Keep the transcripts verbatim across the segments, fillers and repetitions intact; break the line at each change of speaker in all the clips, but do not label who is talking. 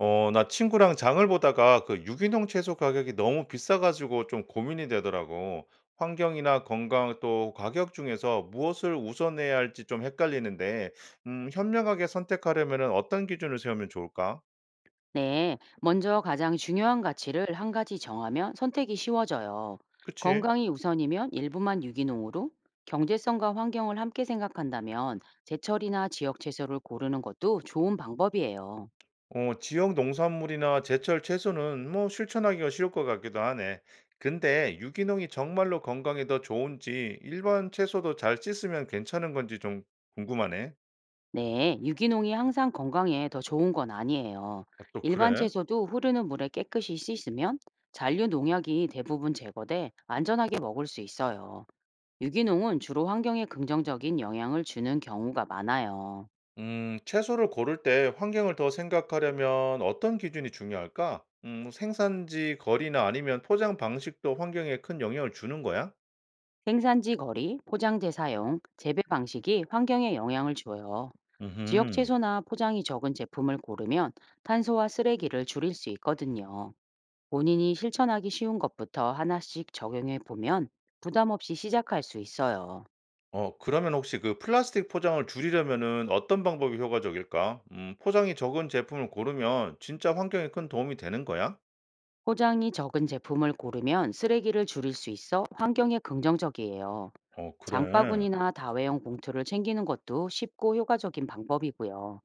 어 나 친구랑 장을 보다가 그 유기농 채소 가격이 너무 비싸 가지고 좀 고민이 되더라고. 환경이나 건강 또 가격 중에서 무엇을 우선해야 할지 좀 헷갈리는데 음 현명하게 선택하려면은 어떤 기준을 세우면 좋을까?
네, 먼저 가장 중요한 가치를 한 가지 정하면 선택이 쉬워져요.
그치?
건강이 우선이면 일부만 유기농으로, 경제성과 환경을 함께 생각한다면 제철이나 지역 채소를 고르는 것도 좋은 방법이에요.
어 지역 농산물이나 제철 채소는 뭐 실천하기가 쉬울 것 같기도 하네. 근데 유기농이 정말로 건강에 더 좋은지 일반 채소도 잘 씻으면 괜찮은 건지 좀 궁금하네.
네, 유기농이 항상 건강에 더 좋은 건 아니에요.
아 또
일반
그래?
채소도 흐르는 물에 깨끗이 씻으면 잔류 농약이 대부분 제거돼 안전하게 먹을 수 있어요. 유기농은 주로 환경에 긍정적인 영향을 주는 경우가 많아요.
음, 채소를 고를 때 환경을 더 생각하려면 어떤 기준이 중요할까? 음, 생산지, 거리나 아니면 포장 방식도 환경에 큰 영향을 주는 거야?
생산지 거리, 포장재 사용, 재배 방식이 환경에 영향을 줘요. 지역
음,
채소나 포장이 적은 제품을 고르면 탄소와 쓰레기를 줄일 수 있거든요. 본인이 실천하기 쉬운 것부터 하나씩 적용해 보면 부담 없이 시작할 수 있어요.
어, 그러면 혹시 그 플라스틱 포장을 줄이려면은 어떤 방법이 효과적일까? 음, 포장이 적은 제품을 고르면 진짜 환경에 큰 도움이 되는 거야?
포장이 적은 제품을 고르면 쓰레기를 줄일 수 있어 환경에 긍정적이에요.
어, 그래.
장바구니나 다회용 봉투를 챙기는 것도 쉽고 효과적인 방법이고요.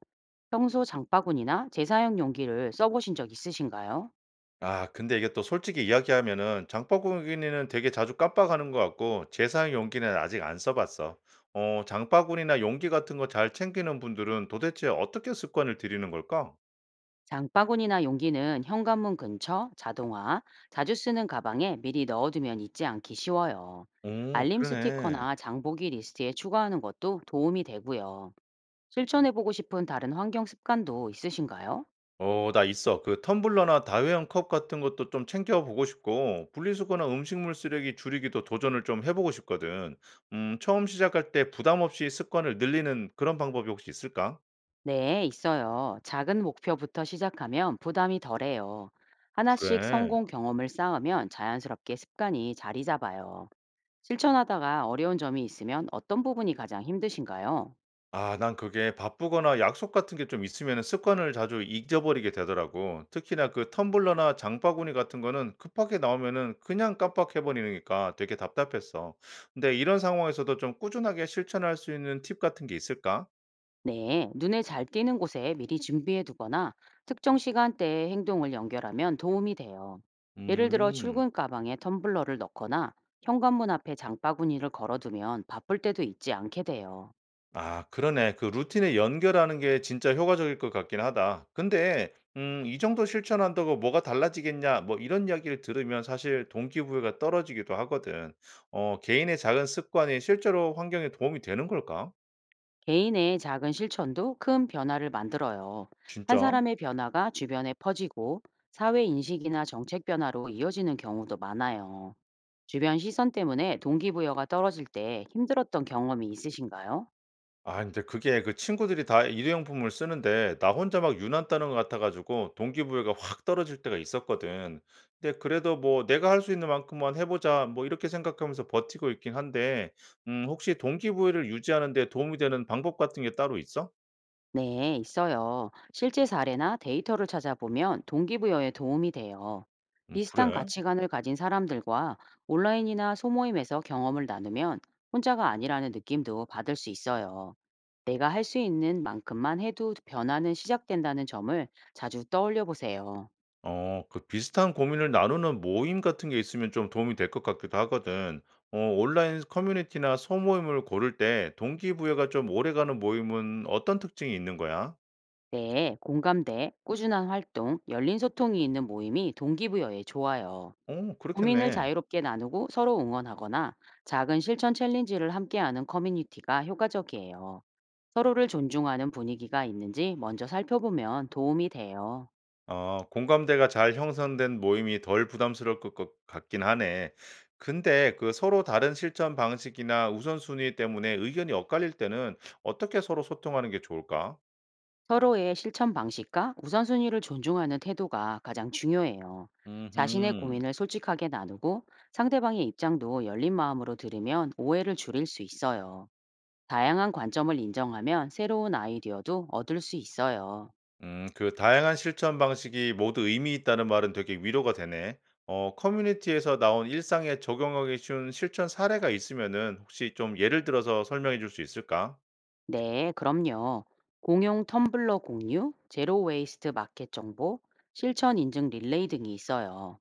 평소 장바구니나 재사용 용기를 써보신 적 있으신가요?
아 근데 이게 또 솔직히 이야기하면은 장바구니는 되게 자주 깜빡하는 것 같고 재사용 용기는 아직 안 써 봤어. 어 장바구니나 용기 같은 거 잘 챙기는 분들은 도대체 어떻게 습관을 들이는 걸까?
장바구니나 용기는 현관문 근처, 자동화, 자주 쓰는 가방에 미리 넣어두면 잊지 않기 쉬워요.
오
알림
그러네.
스티커나 장보기 리스트에 추가하는 것도 도움이 되고요. 실천해보고 싶은 다른 환경 습관도 있으신가요?
어 나 있어. 그 텀블러나 다회용 컵 같은 것도 좀 챙겨 보고 싶고 분리수거나 음식물 쓰레기 줄이기도 도전을 좀 해 보고 싶거든. 음 처음 시작할 때 부담 없이 습관을 늘리는 그런 방법이 혹시 있을까?
네, 있어요. 작은 목표부터 시작하면 부담이 덜해요. 하나씩
그래.
성공 경험을 쌓으면 자연스럽게 습관이 자리 잡아요. 실천하다가 어려운 점이 있으면 어떤 부분이 가장 힘드신가요?
아 난 그게 바쁘거나 약속 같은 게 좀 있으면은 습관을 자주 잊어버리게 되더라고. 특히나 그 텀블러나 장바구니 같은 거는 급하게 나오면은 그냥 깜빡해 버리니까 되게 답답했어. 근데 이런 상황에서도 좀 꾸준하게 실천할 수 있는 팁 같은 게 있을까?
네, 눈에 잘 띄는 곳에 미리 준비해 두거나 특정 시간대에 행동을 연결하면 도움이 돼요. 예를 들어
음.
출근 가방에 텀블러를 넣거나 현관문 앞에 장바구니를 걸어두면 바쁠 때도 잊지 않게 돼요.
아 그러네. 그 루틴에 연결하는 게 진짜 효과적일 것 같긴 하다. 근데 음 "이 정도 실천한다고 뭐가 달라지겠냐?" 뭐 이런 이야기를 들으면 사실 동기부여가 떨어지기도 하거든. 어 개인의 작은 습관이 실제로 환경에 도움이 되는 걸까?
개인의 작은 실천도 큰 변화를 만들어요. 한
진짜?
사람의 변화가 주변에 퍼지고 사회 인식이나 정책 변화로 이어지는 경우도 많아요. 주변 시선 때문에 동기부여가 떨어질 때 힘들었던 경험이 있으신가요?
아 근데 그게 그 친구들이 다 일회용품을 쓰는데 나 혼자 막 유난 따는 것 같아 가지고 동기부여가 확 떨어질 때가 있었거든. 근데 그래도 뭐 '내가 할 수 있는 만큼만 해 보자.' 뭐 이렇게 생각하면서 버티고 있긴 한데 음 혹시 동기부여를 유지하는 데 도움이 되는 방법 같은 게 따로 있어?
네, 있어요. 실제 사례나 데이터를 찾아보면 동기부여에 도움이 돼요.
음
비슷한
그래?
가치관을 가진 사람들과 온라인이나 소모임에서 경험을 나누면 혼자가 아니라는 느낌도 받을 수 있어요. 내가 할 수 있는 만큼만 해도 변화는 시작된다는 점을 자주 떠올려 보세요.
어 그 비슷한 고민을 나누는 모임 같은 게 있으면 좀 도움이 될 것 같기도 하거든. 어 온라인 커뮤니티나 소모임을 고를 때 동기부여가 좀 오래가는 모임은 어떤 특징이 있는 거야?
네, 공감대, 꾸준한 활동, 열린 소통이 있는 모임이 동기부여에 좋아요.
어
고민을
그렇겠네.
자유롭게 나누고 서로 응원하거나 작은 실천 챌린지를 함께하는 커뮤니티가 효과적이에요. 서로를 존중하는 분위기가 있는지 먼저 살펴보면 도움이 돼요.
어 공감대가 잘 형성된 모임이 덜 부담스러울 것 같- 같긴 하네. 근데 그 서로 다른 실천 방식이나 우선순위 때문에 의견이 엇갈릴 때는 어떻게 서로 소통하는 게 좋을까?
서로의 실천 방식과 우선순위를 존중하는 태도가 가장 중요해요. 자신의
음
고민을 솔직하게 나누고 상대방의 입장도 열린 마음으로 들으면 오해를 줄일 수 있어요. 다양한 관점을 인정하면 새로운 아이디어도 얻을 수 있어요.
음, 그 다양한 실천 방식이 모두 의미 있다는 말은 되게 위로가 되네. 어, 커뮤니티에서 나온 일상에 적용하기 쉬운 실천 사례가 있으면은 혹시 좀 예를 들어서 설명해 줄 수 있을까?
네, 그럼요. 공용 텀블러 공유, 제로 웨이스트 마켓 정보, 실천 인증 릴레이 등이 있어요.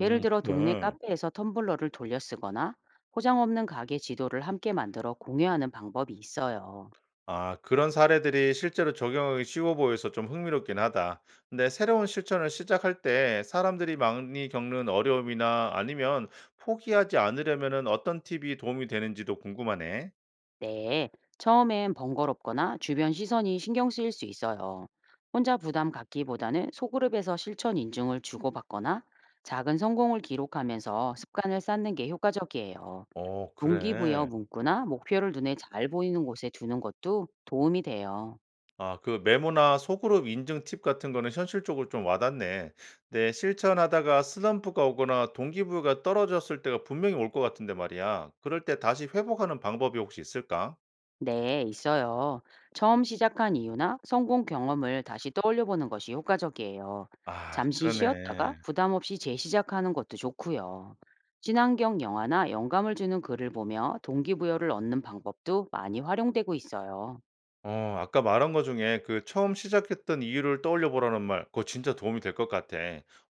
예를 들어 동네
그래.
카페에서 텀블러를 돌려 쓰거나 포장 없는 가게 지도를 함께 만들어 공유하는 방법이 있어요.
아, 그런 사례들이 실제로 적용하기 쉬워 보여서 좀 흥미롭긴 하다. 근데 새로운 실천을 시작할 때 사람들이 많이 겪는 어려움이나 아니면 포기하지 않으려면은 어떤 팁이 도움이 되는지도 궁금하네.
네, 처음엔 번거롭거나 주변 시선이 신경 쓰일 수 있어요. 혼자 부담 갖기보다는 소그룹에서 실천 인증을 주고받거나 작은 성공을 기록하면서 습관을 쌓는 게 효과적이에요.
어,
동기부여
그래.
문구나 목표를 눈에 잘 보이는 곳에 두는 것도 도움이 돼요.
아, 그 메모나 소그룹 인증 팁 같은 거는 현실적으로 좀 와닿네. 근데 실천하다가 슬럼프가 오거나 동기부여가 떨어졌을 때가 분명히 올 것 같은데 말이야. 그럴 때 다시 회복하는 방법이 혹시 있을까?
네, 있어요. 처음 시작한 이유나 성공 경험을 다시 떠올려 보는 것이 효과적이에요.
아,
잠시
그러네.
쉬었다가 부담 없이 재시작하는 것도 좋고요. 친환경 영화나 영감을 주는 글을 보며 동기부여를 얻는 방법도 많이 활용되고 있어요.
어 아까 말한 것 중에 그 처음 시작했던 이유를 떠올려 보라는 말 그거 진짜 도움이 될 것 같아.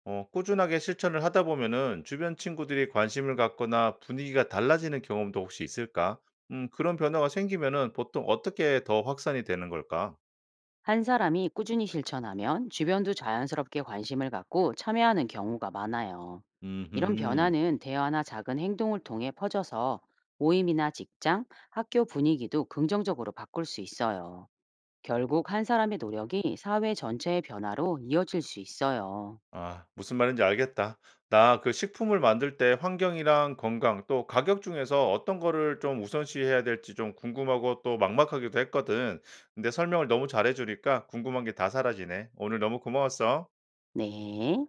어 꾸준하게 실천을 하다 보면은 주변 친구들이 관심을 갖거나 분위기가 달라지는 경험도 혹시 있을까? 음 그런 변화가 생기면은 보통 어떻게 더 확산이 되는 걸까?
한 사람이 꾸준히 실천하면 주변도 자연스럽게 관심을 갖고 참여하는 경우가 많아요. 이런
음흠.
변화는 대화나 작은 행동을 통해 퍼져서 모임이나 직장, 학교 분위기도 긍정적으로 바꿀 수 있어요. 결국 한 사람의 노력이 사회 전체의 변화로 이어질 수 있어요.
아 무슨 말인지 알겠다. 나 그 식품을 만들 때 환경이랑 건강 또 가격 중에서 어떤 거를 좀 우선시해야 될지 좀 궁금하고 또 막막하기도 했거든. 근데 설명을 너무 잘해 주니까 궁금한 게 다 사라지네. 오늘 너무 고마웠어.
네.